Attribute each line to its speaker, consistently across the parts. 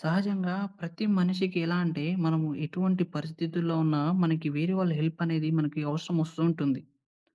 Speaker 1: సహజంగా ప్రతి మనిషికి ఎలా అంటే, మనము ఎటువంటి పరిస్థితుల్లో ఉన్నా మనకి వేరే వాళ్ళ హెల్ప్ అనేది మనకి అవసరం వస్తూ ఉంటుంది.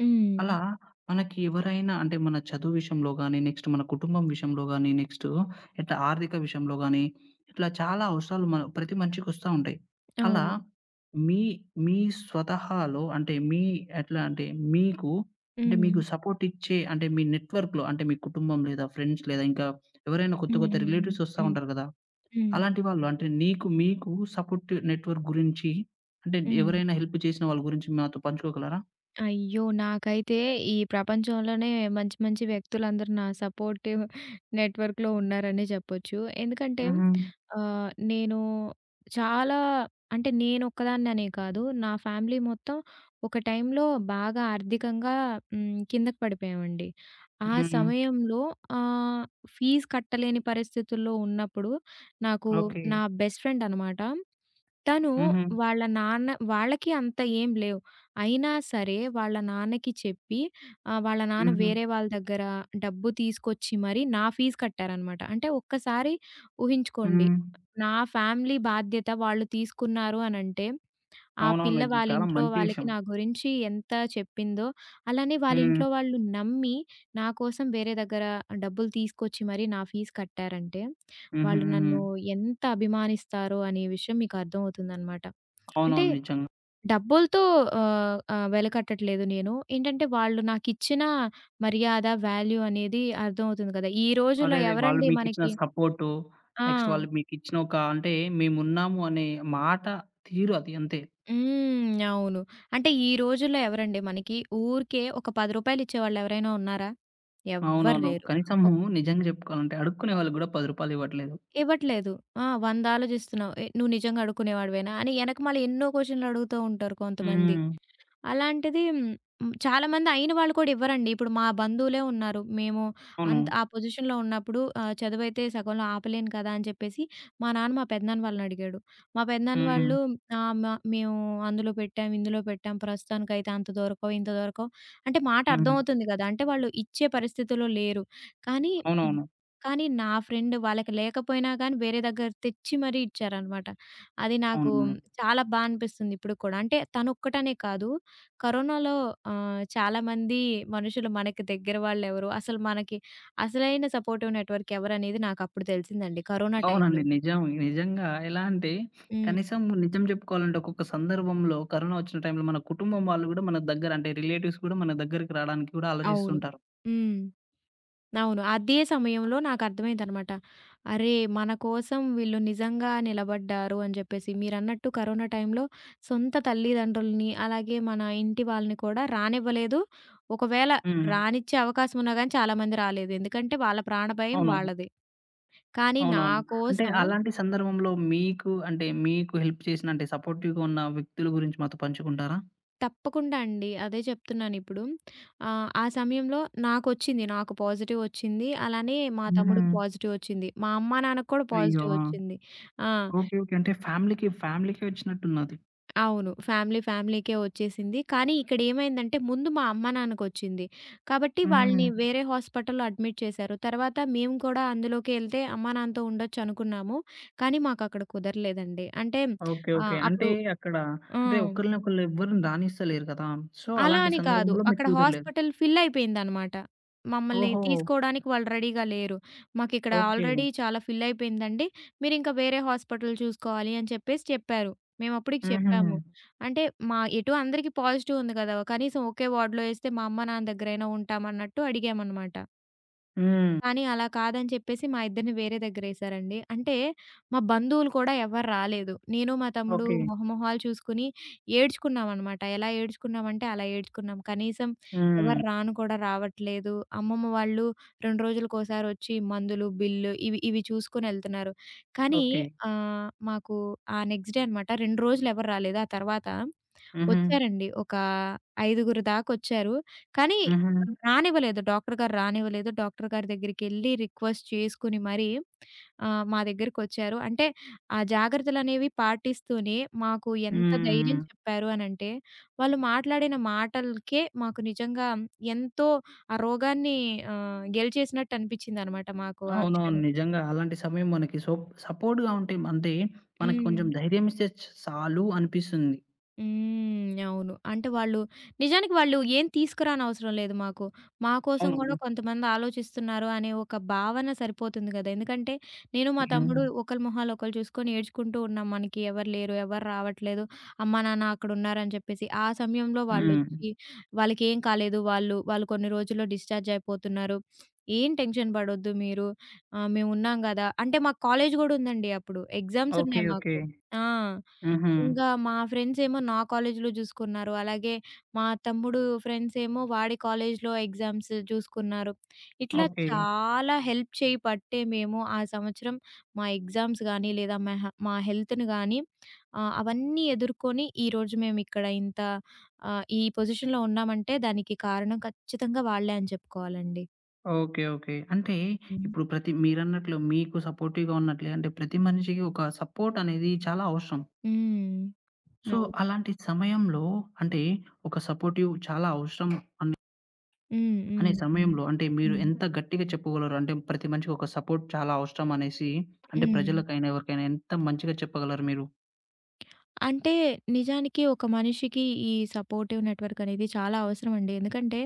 Speaker 2: హ్మ్.
Speaker 1: అలా మనకి ఎవరైనా అంటే మన చదువు విషయంలో గాని, నెక్స్ట్ మన కుటుంబం విషయంలో గాని, నెక్స్ట్ ఇట్లా ఆర్థిక విషయంలో గాని, ఇట్లా చాలా అవసరాలు మన ప్రతి మనిషికి వస్తా ఉంటాయి. అలా
Speaker 2: అవును.
Speaker 1: మీ మీ స్వతహాలో అంటే మీ ఎట్లా అంటే మీకు అంటే
Speaker 2: హ్మ్.
Speaker 1: మీకు సపోర్ట్ ఇచ్చే అంటే మీ నెట్‌వర్క్‌లో అంటే మీ కుటుంబం లేదా ఫ్రెండ్స్ లేదా ఇంకా ఎవరైనా కొత్త
Speaker 2: హ్మ్.
Speaker 1: కొత్త
Speaker 2: హ్మ్.
Speaker 1: రిలేటివ్స్ వస్తా
Speaker 2: హ్మ్.
Speaker 1: ఉంటారు కదా!
Speaker 2: హ్మ్.
Speaker 1: అలాంటి వాళ్ళు అంటే నీకు మీకు సపోర్ట్ నెట్‌వర్క్ గురించి అంటే
Speaker 2: హ్మ్.
Speaker 1: ఎవరైనా హెల్ప్ చేసిన వాళ్ళ గురించి మాతో పంచుకోగలరా?
Speaker 2: అయ్యో! నాకైతే ఈ ప్రపంచంలోనే మంచి మంచి వ్యక్తులందరూ నా సపోర్టివ్ నెట్‌వర్క్‌లో ఉన్నారనే చెప్పొచ్చు. ఎందుకంటే
Speaker 1: హుహు.
Speaker 2: నేను చాలా అంటే నేనొక్కదాన్ననే కాదు. నా ఫ్యామిలీ మొత్తం ఒక టైంలో బాగా ఆర్థికంగా కిందకి పడిపోయామండి. ఆ
Speaker 1: హ్మ్.
Speaker 2: సమయంలో ఆహ్, ఫీజు కట్టలేని పరిస్థితుల్లో ఉన్నప్పుడు నాకు
Speaker 1: ఓకే.
Speaker 2: నా బెస్ట్ ఫ్రెండ్ అనమాట. తను
Speaker 1: హుహు.
Speaker 2: వాళ్ళ నాన్న వాళ్ళకి అంత ఏం లేవు. అయినా సరే వాళ్ళ నాన్నకి చెప్పి వాళ్ళ నాన్న
Speaker 1: హుహు.
Speaker 2: వేరే వాళ్ళ దగ్గర డబ్బు తీసుకొచ్చి మరి నా ఫీజు కట్టారనమాట. అంటే ఒక్కసారి ఊహించుకోండి.
Speaker 1: హ్మ్.
Speaker 2: నా ఫ్యామిలీ బాధ్యత వాళ్ళు తీసుకున్నారు అనంటే, ఆ పిల్ల
Speaker 1: అవునవును. ఇది
Speaker 2: వాళ్ళ
Speaker 1: చాలా
Speaker 2: ఇంట్లో
Speaker 1: మంచి
Speaker 2: వాళ్ళకి
Speaker 1: విషయం.
Speaker 2: నా గురించి ఎంత చెప్పిందో, అలానే వాళ్ళ
Speaker 1: హ్మ్.
Speaker 2: ఇంట్లో వాళ్ళు నమ్మి, నా కోసం వేరే దగ్గర డబ్బులు తీసుకొచ్చి మరీ నా ఫీజు కట్టారంటే,
Speaker 1: హుహు.
Speaker 2: వాళ్ళు
Speaker 1: హ్మ్.
Speaker 2: నన్ను ఎంత అభిమానిస్తారో అనే విషయం మీకు అర్థమవుతుందనమాట. అంటే
Speaker 1: అవునవును. నిజంగా.
Speaker 2: డబ్బులతో ఆహ్, ఆహ్, వెలకట్టట్లేదు నేను. ఏంటంటే వాళ్ళు నాకిచ్చిన మర్యాద, వాల్యూ అనేది అర్థమవుతుంది కదా! ఈ రోజుల్లో
Speaker 1: అదే అదే. వాళ్ళు
Speaker 2: ఎవరండి
Speaker 1: మీకిచ్చిన
Speaker 2: మనకి
Speaker 1: సపోర్టు,
Speaker 2: ఆ!
Speaker 1: నెక్స్ట్ వాళ్ళు మీకిచ్చిన ఒక అంటే మేమున్నాము అనే మాట తీరు అది అంతే.
Speaker 2: అవును. అంటే ఈ రోజుల్లో ఎవరండి మనకి ఊరికే ఒక రూ. 10 ఇచ్చేవాళ్ళు ఎవరైనా ఉన్నారా? ఎవ్వరు
Speaker 1: అవునవును.
Speaker 2: లేరు.
Speaker 1: కనీసము
Speaker 2: ఒక్
Speaker 1: నిజంగా చెప్పుకోవాలంటే అడుక్కునే వాళ్ళకి గూడా రూ. 10 ఇవ్వట్లేదు.
Speaker 2: ఇవ్వట్లేదు. ఆ! 100 ఆలోచిస్తున్నావు. "ఏ నువ్వు నిజంగా అడుక్కునేవాడివేనా?" అని ఎనకమాల ఎన్నో క్వెషన్‌లు అడుగుతూ ఉంటారు కొంతమంది.
Speaker 1: హ్మ్.
Speaker 2: అలాంటిది హ్మ్. చాలామంది అయిన వాళ్ళు కూడా ఇవ్వరండి. ఇప్పుడు మా బంధువులే ఉన్నారు. మేము
Speaker 1: అవును.
Speaker 2: అంత ఆ పొజిషన్‌లో ఉన్నప్పుడు చదువైతే సగంలో ఆపలేను కదా! అని చెప్పేసి మా నాన్న మా పెదనాన్న వాళ్ళని అడిగాడు. మా పెదనాన్న
Speaker 1: హ్మ్.
Speaker 2: వాళ్ళు ఆహ్, మ మేము అందులో పెట్టాం, ఇందులో పెట్టాం. ప్రస్తుతానికైతే అంత దొరకవు, ఇంత దొరకవు అంటే మాట
Speaker 1: హ్మ్.
Speaker 2: అర్థమవుతుంది కదా! అంటే వాళ్ళు ఇచ్చే పరిస్థితిలో లేరు. కానీ హ్మ్.
Speaker 1: అవునవును.
Speaker 2: కానీ నా ఫ్రెండ్ వాళ్ళకి లేకపోయినా గానీ వేరే దగ్గర తెచ్చి మరీ ఇచ్చారనమాట. అది నాకు
Speaker 1: అవునవును.
Speaker 2: చాలా బా అనిపిస్తుంది ఇప్పటికి కూడా. అంటే తనొక్కటనే కాదు. కరోనాలో చాలామంది మనుషులు మనకి దగ్గర వాళ్ళెవరు, అసలు మనకి అసలైన సపోర్టివ్ నెట్‌వర్క్ ఎవరనేది నాకప్పుడు తెలిసిందండి కరోనా టైంలో.
Speaker 1: అవునండి. నిజం. నిజంగా ఎలా అంటే
Speaker 2: హ్మ్.
Speaker 1: కనీసం నిజం చెప్పుకోవాలంటే ఒక్కొక్క సందర్భంలో కరోనా వచ్చిన టైంలో మన కుటుంబం వాళ్ళు గూడా మన దగ్గర అంటే రిలేటివ్స్ గూడా మన దగ్గరికి రాడానికి గూడా
Speaker 2: అవును.
Speaker 1: ఆలోచిస్తుంటారు.
Speaker 2: హ్మ్. అవును. అదే సమయంలో నాకర్థమైందనమాట. అరే! మన కోసం వీళ్ళు నిజంగా నిలబడ్డారు అని చెప్పేసి. మీరన్నట్టు కరోనా టైంలో సొంత తల్లిదండ్రులని, అలాగే మన ఇంటి వాళ్ళని కూడా రానివ్వలేదు. ఒకవేళ
Speaker 1: హ్మ్.
Speaker 2: రానిచ్చే అవకాశం ఉన్నా గానీ చాలామంది రాలేదు. ఎందుకంటే వాళ్ళ ప్రాణ భయం
Speaker 1: అవునవును.
Speaker 2: వాళ్ళది. కానీ నా
Speaker 1: అవునవును. అంటే
Speaker 2: కోసం
Speaker 1: అలాంటి సందర్భంలో మీకు అంటే మీకు హెల్ప్ చేసిన అంటే సపోర్టివ్‌గా ఉన్న వ్యక్తుల గురించి మాతో పంచుకుంటారా?
Speaker 2: తప్పకుండా అండి. అదే చెప్తున్నానిప్పుడు. ఆ ఆ సమయంలో నాకొచ్చింది. నాకు పాజిటివొచ్చింది. అలానే మా
Speaker 1: హుహు.
Speaker 2: తమ్ముడికి పాజిటివొచ్చింది. మా అమ్మ, నాన్నకి కూడా
Speaker 1: అయ్యో! ఆ!
Speaker 2: పాజిటివొచ్చింది. ఆ!
Speaker 1: ఓకే. ఓకే. అంటే ఫ్యామిలీకి ఫ్యామిలీకే వచ్చినట్టున్నది.
Speaker 2: అవును. ఫ్యామిలీ ఫ్యామిలీకే వచ్చేసింది. కానీ ఇక్కడేమైందంటే ముందు మా అమ్మ, నాన్నకొచ్చింది. కాబట్టి
Speaker 1: హ్మ్.
Speaker 2: వాళ్ళని వేరే హాస్పిటల్‌లో అడ్మిట్ చేశారు. తర్వాత మేము కూడా అందులోకి ఎళ్తే అమ్మా, నాన్నతో ఉండొచ్చనుకున్నాము. కానీ మాకక్కడ కుదరలేదండి. అంటే
Speaker 1: ఓకే. ఓకే. అంటే
Speaker 2: అప్పుడు
Speaker 1: అక్కడ
Speaker 2: ఆ!
Speaker 1: అంటే ఒకళ్ళనొకళ్ళు ఎవ్వరిని రానిస్తలేరు కదా! సో,
Speaker 2: అలా
Speaker 1: అలాంటి
Speaker 2: అని కాదు.
Speaker 1: సందర్భంలో మీకు
Speaker 2: అక్కడ
Speaker 1: కుదరలేదు.
Speaker 2: హాస్పిటల్ ఫిల్ అయిపోయిందనమాట. మమ్మల్ని
Speaker 1: ఓహో!
Speaker 2: తీసుకోవడానికి వాళ్ళు రెడీగా లేరు. మాకిక్కడ
Speaker 1: ఓకే.
Speaker 2: ఆల్రెడీ చాలా ఫిల్ అయిపోయిందండి. మీరింక వేరే హాస్పిటల్ చూసుకోవాలి అని చెప్పేసి చెప్పారు. మేమప్పటికి
Speaker 1: హుహు.
Speaker 2: చెప్పాము. అంటే మా ఎటు అందరికి పాజిటివ్ ఉంది కదా! కనీసం ఒకే వార్డ్‌లో ఏస్తే మా అమ్మ, నాన్న దగ్గరైనా ఉంటామన్నట్టు అడిగామనమాట.
Speaker 1: హ్మ్.
Speaker 2: కానీ అలా కాదని చెప్పేసి మా ఇద్దరిని వేరే దగ్గరేశారండి. అంటే మా బంధువులు కూడా ఎవ్వరు రాలేదు. నేను, మా తమ్ముడు
Speaker 1: ఓకే.
Speaker 2: మొహమొహాలు చూసుకొని ఏడ్చుకున్నామనమాట. ఎలా ఏడ్చుకున్నామంటే అలా ఏడ్చుకున్నాం. కనీసం
Speaker 1: హ్మ్.
Speaker 2: ఎవరు రాను కూడా రావట్లేదు. అమ్మమ్మ వాళ్ళు 2 రోజులకోసారొచ్చి మందులు, బిల్లు ఇవి ఇవి చూసుకొనెళ్తున్నారు. కానీ
Speaker 1: ఓకే.
Speaker 2: మాకు ఆ నెక్స్ట్ డే అనమాట 2 రోజులు ఎవరు రాలేదు. ఆ తర్వాత
Speaker 1: హుహు.
Speaker 2: వచ్చారండి. ఒక ఐదుగురు దాకొచ్చారు. కానీ
Speaker 1: హుహు.
Speaker 2: రానివ్వలేదు. డాక్టర్ గారు రానివ్వలేదు. డాక్టర్ గారి దగ్గరికెళ్లి రిక్వెస్ట్ చేసుకొని మరీ మా దగ్గరకొచ్చారు. అంటే ఆ జాగ్రత్తలనేవి పాటిస్తూనే మాకు ఎంత ధైర్యం
Speaker 1: హ్మ్.
Speaker 2: చెప్పారు అనంటే, వాళ్ళు మాట్లాడిన మాటలకే మాకు నిజంగా ఎంతో ఆ రోగాన్ని గెలిచేసినట్టు అనిపిచ్చిందనమాట మాకు ఆ
Speaker 1: అవునవును.
Speaker 2: క్షణం.
Speaker 1: నిజంగా అలాంటి సమయం మనకి సో, సపోర్ట్‌గా ఉంటే అంటే మనకు కొంచెం
Speaker 2: హ్మ్.
Speaker 1: ధైర్యం ఇస్తే చ్ సాలు అనిపిస్తుంది.
Speaker 2: హ్మ్. అవును. అంటే వాళ్ళు నిజానికి వాళ్ళు ఏం తీసుకురానవసరం లేదు మాకు. మా కోసం గూడా
Speaker 1: అవును.
Speaker 2: కొంతమంది ఆలోచిస్తున్నారు అనే ఒక భావన సరిపోతుంది గదా! ఎందుకంటే నేను, మా
Speaker 1: హ్మ్.
Speaker 2: తమ్ముడు ఒకళ్ళ మొహాలు ఒకళ్ళు చూసుకొని ఏడ్చుకుంటూ ఉన్నాం. మనకి ఎవరు లేరు, ఎవరు రావట్లేదు, అమ్మా, నాన్న అక్కడున్నారని చెప్పేసి. ఆ సమయంలో
Speaker 1: హ్మ్.
Speaker 2: వాళ్ళొచ్చి వాళ్ళకేం కాలేదు, వాళ్ళు వాళ్ళు కొన్ని రోజుల్లో డిశ్చార్జ్ అయిపోతున్నారు. ఏం టెన్షన్ పడొద్దు మీరు. మేమున్నాం గదా! అంటే మాకు కాలేజ్ గూడా ఉందండి అప్పుడు. Exams
Speaker 1: okay.
Speaker 2: ఉన్నాయి
Speaker 1: ఓకే.
Speaker 2: మాకు. ఆ!
Speaker 1: హుహు.
Speaker 2: ఇంకా మా ఫ్రెండ్సేమో నా కాలేజీలో జూసుకున్నారు. అలాగే మా తమ్ముడు ఫ్రెండ్సేమో వాడి కాలేజీలో ఎగ్జామ్స్ జూసుకున్నారు. ఇట్లా
Speaker 1: ఓకే.
Speaker 2: చాలా హెల్ప్ చేయి పట్టే మేము ఆ సంవత్సరం మా ఎగ్జామ్స్ గానీ, లేదా మా హెల్త్‌ని గానీ అవన్నీ ఎదుర్కొని ఈరోజు మేమిక్కడ ఇంత ఈ పొజిషన్‌లో ఉన్నామంటే దానికి కారణం ఖచ్చితంగా వాళ్ళే అని చెప్పుకోవాలండి.
Speaker 1: ఓకే. ఓకే. అంటే
Speaker 2: హ్మ్.
Speaker 1: ఇప్పుడు ప్రతి మీరన్నట్లు మీకు సపోర్టివ్‌గా ఉన్నట్లే అంటే ప్రతి మనిషికి ఒక సపోర్ట్ అనేది చాలా అవసరం.
Speaker 2: హ్మ్.
Speaker 1: సో,
Speaker 2: అవును.
Speaker 1: అలాంటి సమయంలో అంటే ఒక సపోర్టివ్ చాలా అవసరం అన్
Speaker 2: హ్మ్.
Speaker 1: అనే
Speaker 2: హ్మ్. హ్మ్.
Speaker 1: సమయంలో అంటే మీరు
Speaker 2: హ్మ్.
Speaker 1: ఎంత గట్టిగా చెప్పగలరు? అంటే ప్రతి మనిషికి ఒక సపోర్ట్ చాలా అవసరం అనేసి అంటే
Speaker 2: హ్మ్.
Speaker 1: ప్రజలకైనా ఎవరికైనా ఎంత మంచిగా చెప్పగలరు మీరు?
Speaker 2: అంటే నిజానికి ఒక మనిషికి ఈ సపోర్టివ్ నెట్వర్క్ అనేది చాలా అవసరం అండి. ఎందుకంటే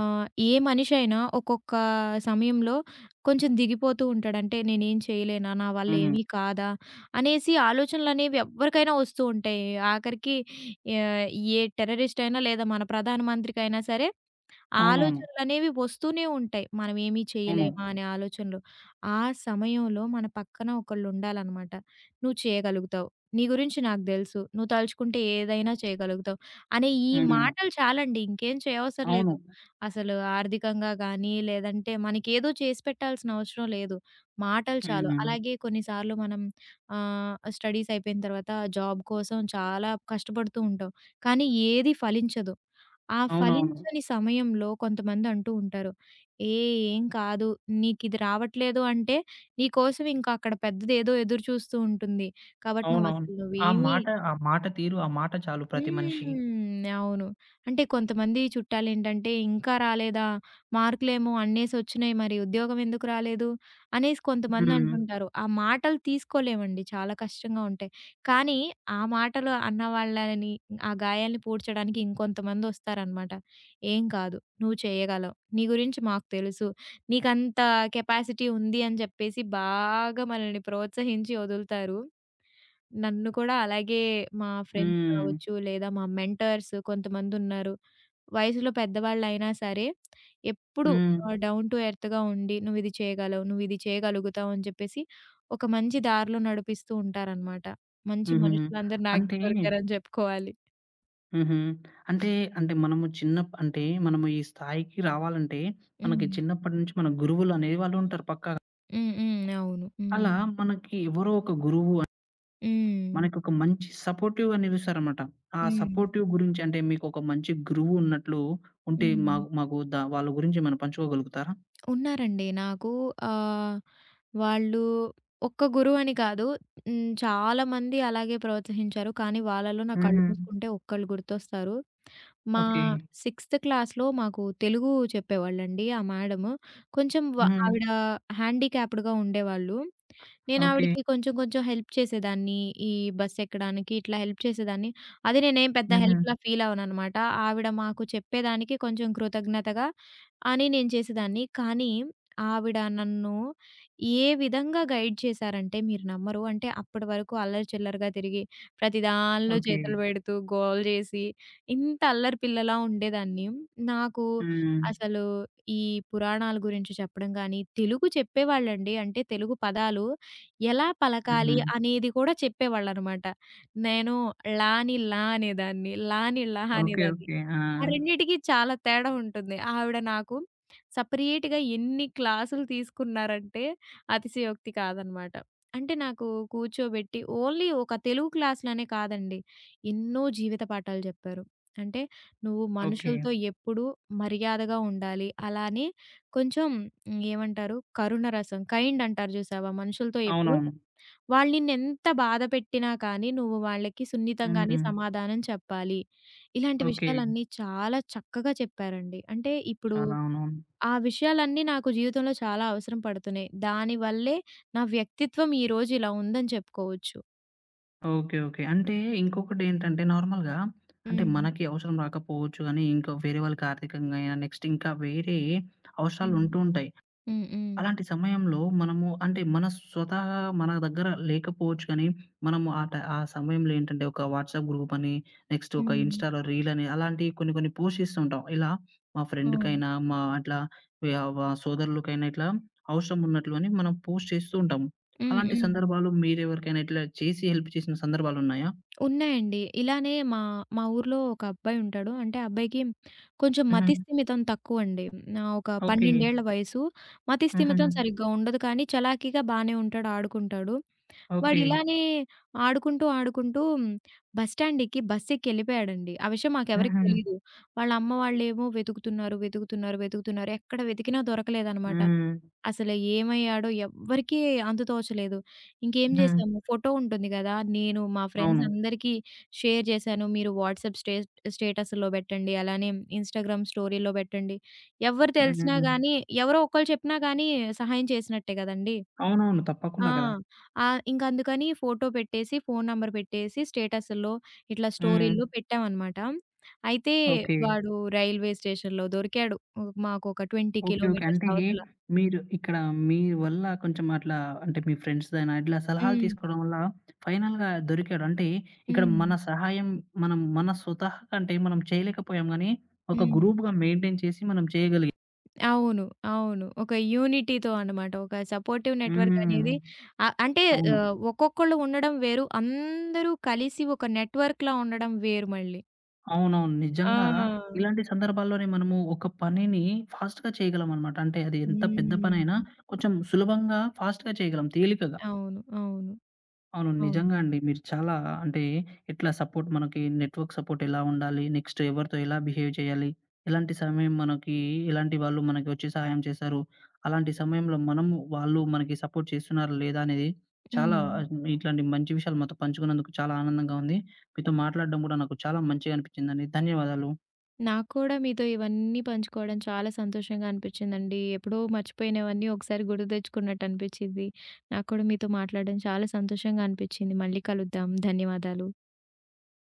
Speaker 2: ఏ మనిషి అయినా ఒక్కొక్క సమయంలో కొంచెం దిగిపోతూ ఉంటాడు. అంటే నేనేం చేయలేనా? నా వల్ల
Speaker 1: హ్మ్.
Speaker 2: ఏమీ కాదా? అనేసి ఆలోచనలనేవి ఎవ్వరికైనా వస్తూ ఉంటాయి. ఆఖరికి ఆహ్, ఏ టెర్రరిస్ట్ అయినా లేదా మన ప్రధానమంత్రికైనా సరే
Speaker 1: అవునవును.
Speaker 2: ఆలోచనలనేవి వస్తూనే ఉంటాయి. మనం ఏమీ
Speaker 1: అవును.
Speaker 2: చేయలేమా అనే ఆలోచనలు. ఆ సమయంలో మన పక్కన ఒకళ్ళుండాలనమాట. "నువ్వు చేయగలుగుతావు. నీ గురించి నాకు తెలుసు. నువ్వు తలుచుకుంటే ఏదైనా చేయగలుగుతావు" అనే ఈ
Speaker 1: హ్మ్.
Speaker 2: మాటలు చాలండి. ఇంకేం చేయవసరం
Speaker 1: అవును.
Speaker 2: లేదు. అసలు ఆర్థికంగా గానీ, లేదంటే మనకేదో చేసి పెట్టాల్సిన అవసరం లేదు. మాటలు చాలు.
Speaker 1: హ్మ్.
Speaker 2: అలాగే కొన్నిసార్లు మనం స్టడీస్ అయిపోయిన తర్వాత జాబ్ కోసం చాలా కష్టపడుతూ ఉంటాం. కానీ ఏది ఫలించదు. ఆ
Speaker 1: అవునవును.
Speaker 2: ఫలించని సమయంలో కొంతమంది అంటూ ఉంటారు. ఏ ఏం కాదు. నీకిది రావట్లేదు అంటే, నీకోసం ఇంక అక్కడ పెద్దదేదో ఎదురు చూస్తూ ఉంటుంది. కాబట్టి
Speaker 1: అవునవును.
Speaker 2: నువ్వసలు
Speaker 1: ఆ
Speaker 2: నువ్వేమి
Speaker 1: మాట, ఆ మాట తీరు, ఆ మాట చాలు ప్రతి మనిషికి.
Speaker 2: అవును. అంటే కొంతమంది చుట్టాలేంటంటే, "ఇంకా రాలేదా? మార్కులేమో అన్నేసొచ్చినాయి మరి ఉద్యోగం ఎందుకు రాలేదు?" అనేసి కొంతమంది
Speaker 1: హ్మ్.
Speaker 2: అంటుంటారు. ఆ మాటలు తీసుకోలేమండి చాలా కష్టంగా ఉంటాయి. కానీ ఆ మాటలు అన్నవాళ్ళని ఆ గాయాల్ని పూడ్చడానికి ఇంకొంతమందొస్తారనమాట. "ఏం కాదు. నువ్వు చేయగలవు. నీ గురించి మాకు తెలుసు. నీకంత కెపాసిటీ ఉంది" అని చెప్పేసి బాగా మనల్ని ప్రోత్సహించి వదులుతారు. నన్ను కూడా అలాగే మా ఫ్రెండ్స్
Speaker 1: హ్మ్.
Speaker 2: కావచ్చు, లేదా మా మెంటర్స్ కొంతమందున్నారు. వయసులో పెద్దవాళ్ళైనా సరే, ఎప్పుడు
Speaker 1: హ్మ్.
Speaker 2: డౌన్ టు ఎర్త్‌గా ఉండి "నువ్విది చేయగలవు, నువ్విది చేయగలుగుతావు" అని చెప్పేసి ఒక మంచి దారిలో నడిపిస్తూ ఉంటారనమాట. మంచి
Speaker 1: హుహుహు.
Speaker 2: మనుషులందరూ నాకే
Speaker 1: అంటే
Speaker 2: దొరికారని చెప్పుకోవాలి.
Speaker 1: హుహు. అంటే, అంటే మనము చిన్నప్ అంటే మనము ఈ స్థాయికి రావాలంటే, మనకి
Speaker 2: హ్మ్.
Speaker 1: చిన్నప్పటి నుంచి మన గురువులు అనేది వాళ్ళు ఉంటారు పక్కాగా.
Speaker 2: హ్మ్. హ్మ్. అవును. హ్మ్.
Speaker 1: అలా మనకి ఎవరో ఒక గురువు
Speaker 2: హ్మ్.
Speaker 1: మనకొక మంచి సపోర్టివ్‌గా నిలుస్తారనమాట. ఆ
Speaker 2: హ్మ్.
Speaker 1: సపోర్టివ్ గురించి అంటే మీకొక మంచి గురువు ఉన్నట్లు ఉంటే
Speaker 2: హ్మ్.
Speaker 1: మాకు మాకు ద వాళ్ళ గురించి ఏమైనా పంచుకోగలుగుతారా?
Speaker 2: ఉన్నారండి. నాకు ఆహ్, వాళ్ళు ఒక్క గురువని కాదు. చాలామంది అలాగే ప్రోత్సహించారు. కానీ వాళ్ళలో నాకు కళ్ళు
Speaker 1: హుహు.
Speaker 2: మూసుకుంటే ఒక్కళ్ళు గుర్తొస్తారు. మా
Speaker 1: ఓకే.
Speaker 2: సిక్స్త్ క్లాస్‌లో మాకు తెలుగు చెప్పేవాళ్ళండి ఆ మేడము. కొంచెం వ
Speaker 1: హుహు.
Speaker 2: ఆవిడ హ్యాండీక్యాప్డ్‌గా ఉండేవాళ్ళు.
Speaker 1: ఓకే.
Speaker 2: నేనావిడకి కొంచెం కొంచెం హెల్ప్ చేసేదాన్ని. ఈ బస్సెక్కడానికి ఇట్లా హెల్ప్ చేసేదాన్ని. అది నేనేం పెద్ద
Speaker 1: హుహు.
Speaker 2: హెల్ప్‌లా ఫీల్ అవ్వననమాట. ఆవిడ మాకు చెప్పేదానికి కొంచెం కృతజ్ఞతగా అని నేను చేసేదాన్ని. కానీ ఆవిడ నన్ను ఏ విధంగా గైడ్ చేశారంటే మీరు నమ్మరు. అంటే అప్పటి వరకు అల్లరి చిల్లరగా తిరిగి, ప్రతి దానిలో
Speaker 1: ఓకే.
Speaker 2: చేతులు పెడుతూ, గోల చేసి, ఇంత అల్లరి పిల్లలా ఉండేదాన్ని. నాకు
Speaker 1: హ్మ్.
Speaker 2: అసలు ఈ పురాణాల గురించి చెప్పడం గానీ, తెలుగు చెప్పేవాళ్ళండి. అంటే తెలుగు పదాలు ఎలా పలకాలి
Speaker 1: హుహు.
Speaker 2: అనేది కూడా చెప్పేవాళ్ళనమాట. నేను లా అని లా అనేదాన్ని. లాని లా అని లహ
Speaker 1: ఓకే.
Speaker 2: అనేదాన్ని.
Speaker 1: ఓకే. ఆ!
Speaker 2: ఆ రెండిటికి చాలా తేడా ఉంటుంది. ఆవిడ నాకు సెపరేట్‌గా ఎన్ని క్లాసులు తీసుకున్నారంటే అతిశయోక్తి కాదనమాట. అంటే నాకు కూర్చోబెట్టి ఓన్లీ ఒక తెలుగు క్లాస్‌లనే కాదండి. ఎన్నో జీవిత పాఠాలు చెప్పారు. అంటే నువ్వు
Speaker 1: ఓకే.
Speaker 2: మనుషులతో ఎప్పుడూ మర్యాదగా ఉండాలి. అలానే కొంచెం ఏమంటారు కరుణ రసం కైండ్ అంటారు చూసావా? మనుషులతో ఎప్పుడూ
Speaker 1: అవునవును.
Speaker 2: వాళ్ళు నిన్నెంత బాధ పెట్టినా కానీ, నువ్వు వాళ్ళకి సున్నితంగానే
Speaker 1: హ్మ్.
Speaker 2: సమాధానం చెప్పాలి. ఇలాంటి
Speaker 1: ఓకే.
Speaker 2: విషయాలన్నీ చాలా చక్కగా చెప్పారండి. అంటే ఇప్పుడు
Speaker 1: చాలా అవునవును.
Speaker 2: ఆ విషయాలన్నీ నాకు జీవితంలో చాలా అవసరం పడుతున్నాయి. దానివల్లే నా వ్యక్తిత్వం ఈరోజు ఇలా ఉందని చెప్పుకోవచ్చు.
Speaker 1: ఓకే. ఓకే. అంటే ఇంకొకటేంటంటే నార్మల్‌గా అంటే
Speaker 2: హ్మ్.
Speaker 1: మనకి అవసరం రాకపోవచ్చు గానీ, ఇంకా వేరే వాళ్ళకి ఆర్థికంగా నెక్స్ట్ ఇంకా వేరే
Speaker 2: హ్మ్.
Speaker 1: అవసరాలుంటూ ఉంటాయి.
Speaker 2: హ్మ్. హ్మ్.
Speaker 1: అలాంటి సమయంలో మనము అంటే మన స్వతహా మన దగ్గర లేకపోవచ్చు కానీ, మనము ఆ సమయంలో ఏంటంటే ఒక వాట్సాప్ గ్రూప్ అని, నెక్స్ట్ ఒక
Speaker 2: హ్మ్.
Speaker 1: ఇన్‌స్టాలో రీల్ అని అలాంటివి కొన్ని కొన్ని పోస్ట్ చేస్తూ ఉంటాం. ఇలా మా
Speaker 2: అవును.
Speaker 1: ఫ్రెండ్‌కైనా, మా అట్లా యావ సోదరులకైనా ఇట్లా అవసరం ఉన్నట్లు అని మనం పోస్ట్ చేస్తూ ఉంటాము.
Speaker 2: హ్మ్.
Speaker 1: అలాంటి
Speaker 2: హ్మ్.
Speaker 1: సందర్భాలు మీరెవరికైనా ఇట్లా చేసి హెల్ప్ చేసిన సందర్భాలున్నాయా?
Speaker 2: ఉన్నాయండి. ఇలానే మా మా ఊర్లో ఒక అబ్బాయి ఉంటాడు. అంటే ఆ అబ్బాయికి కొంచెం
Speaker 1: హుహు.
Speaker 2: మతి స్థిమితం తక్కువండి. ఒక
Speaker 1: ఓకే.
Speaker 2: 12 ఏళ్ల వయసు. మతి
Speaker 1: హుహు.
Speaker 2: స్థిమితం సరిగ్గా ఉండదు కానీ చలాకీగా బానే ఉంటాడు. ఆడుకుంటాడు. వాడు
Speaker 1: ఓకే.
Speaker 2: ఇలానే ఆడుకుంటూ బస్ స్టాండ్‌కి బస్ ఎక్కి ఎళ్ళిపోయాడండి. ఆ విషయం మాకెవరికీ
Speaker 1: హుహు.
Speaker 2: తెలీదు. వాళ్ళ అమ్మ వాళ్ళేమో వెతుకుతున్నారు. ఎక్కడ వెతికినా దొరకలేదనమాట.
Speaker 1: హ్మ్.
Speaker 2: అసలు ఏమయ్యాడో ఎవ్వరికీ అంతు తోచలేదు. ఇంకేం
Speaker 1: హ్మ్.
Speaker 2: చేశాము ఫోటో ఉంటుంది గదా! నేను మా ఫ్రెండ్స్
Speaker 1: అవును.
Speaker 2: అందరికీ షేర్ చేశాను. మీరు వాట్సాప్ స్టేటస్‌లో పెట్టండి. అలానే ఇన్‌స్టాగ్రామ్ స్టోరీలో పెట్టండి. ఎవరు తెలిసినా
Speaker 1: హ్మ్.
Speaker 2: గానీ ఎవరో ఒకళ్ళు చెప్పినా గానీ సహాయం చేసినట్టే గదండీ!
Speaker 1: అవునవును.
Speaker 2: ఆ!
Speaker 1: తప్పకుండా కదా!
Speaker 2: ఇంకందుకని ఫోటో పెట్టేసి, ఫోను నంబర్ పెట్టేసి స్టేటస్‌ల్లో ఇట్లా
Speaker 1: హ్మ్.
Speaker 2: స్టోరీల్లో పెట్టామనమాట. అయితే
Speaker 1: ఓకే.
Speaker 2: వాడు రైల్వే స్టేషన్‌లో దొరికాడు. మాకొక 20
Speaker 1: ఓకే. ఓకే.
Speaker 2: కిలోమీటర్స్
Speaker 1: అంటే
Speaker 2: అవతల.
Speaker 1: మీరు ఇక్కడ మీ వల్ల కొంచెం అట్లా అంటే మీ ఫ్రెండ్స్‌దైనా ఇట్లా సలహాలు
Speaker 2: హ్మ్.
Speaker 1: తీసుకోవడం వల్ల ఫైనల్‌గా దొరికాడు. అంటే ఇక్కడ
Speaker 2: హ్మ్.
Speaker 1: మన సహాయం మనం మన స్వతహా కంటే మనం చేయలేకపోయాం గానీ, ఒక
Speaker 2: హ్మ్.
Speaker 1: గ్రూప్‌గా మెయింటైన్ చేసి మనం చేయగలిగాం.
Speaker 2: అవును. అవును. ఒక యూనిటీతో అన్నమాట. ఒక సపోర్టివ్ నెట్‌వర్క్
Speaker 1: హ్మ్.
Speaker 2: అనేది ఆహ్, అంటే
Speaker 1: అవును.
Speaker 2: ఒక్కొక్కళ్ళు ఉండడం వేరు. అందరూ కలిసి ఒక నెట్‌వర్క్‌లా ఉండడం వేరు మళ్ళీ.
Speaker 1: అవునవును. నిజంగా
Speaker 2: ఆ!
Speaker 1: ఇలాంటి సందర్భాల్లోనే మనము ఒక పనిని ఫాస్ట్‌గా చేయగలం అన్నమాట. అంటే అది ఎంత పెద్ద పనైనా
Speaker 2: హ్మ్.
Speaker 1: కొంచెం సులభంగా, ఫాస్ట్‌గా చేయగలం తేలికగా.
Speaker 2: అవును. అవును.
Speaker 1: అవును.
Speaker 2: అవును.
Speaker 1: నిజంగా అండి. మీరు చాలా అంటే ఎట్లా సపోర్ట్ మనకి నెట్‌వర్క్ సపోర్ట్ ఎలా ఉండాలి? నెక్స్ట్ ఎవరితో ఎలా బిహేవ్ చేయాలి? ఎలాంటి సమయం మనకి ఎలాంటి వాళ్ళు మనకి వచ్చి సహాయం చేశారు? అలాంటి సమయంలో మనము వాళ్ళు మనకి సపోర్ట్ చేస్తున్నారా లేదా? అనేది చాలా
Speaker 2: హ్మ్.
Speaker 1: ఇట్లాంటి మంచి విషయాలు మాతో పంచుకున్నందుకు చాలా ఆనందంగా ఉంది. మీతో మాట్లాడడం కూడా నాకు చాలా మంచిగా అనిపించిందండి. ధన్యవాదాలు.
Speaker 2: నాకు కూడా మీతో ఇవన్నీ పంచుకోవడం చాలా సంతోషంగా అనిపించిందండి. ఎప్పుడో మర్చిపోయినవన్నీ ఒకసారి గుర్తు తెచ్చుకున్నట్టు అనిపించింది. నాకు కూడా మీతో మాట్లాడడం చాలా సంతోషంగా అనిపించింది. మళ్ళీ కలుద్దాం. ధన్యవాదాలు.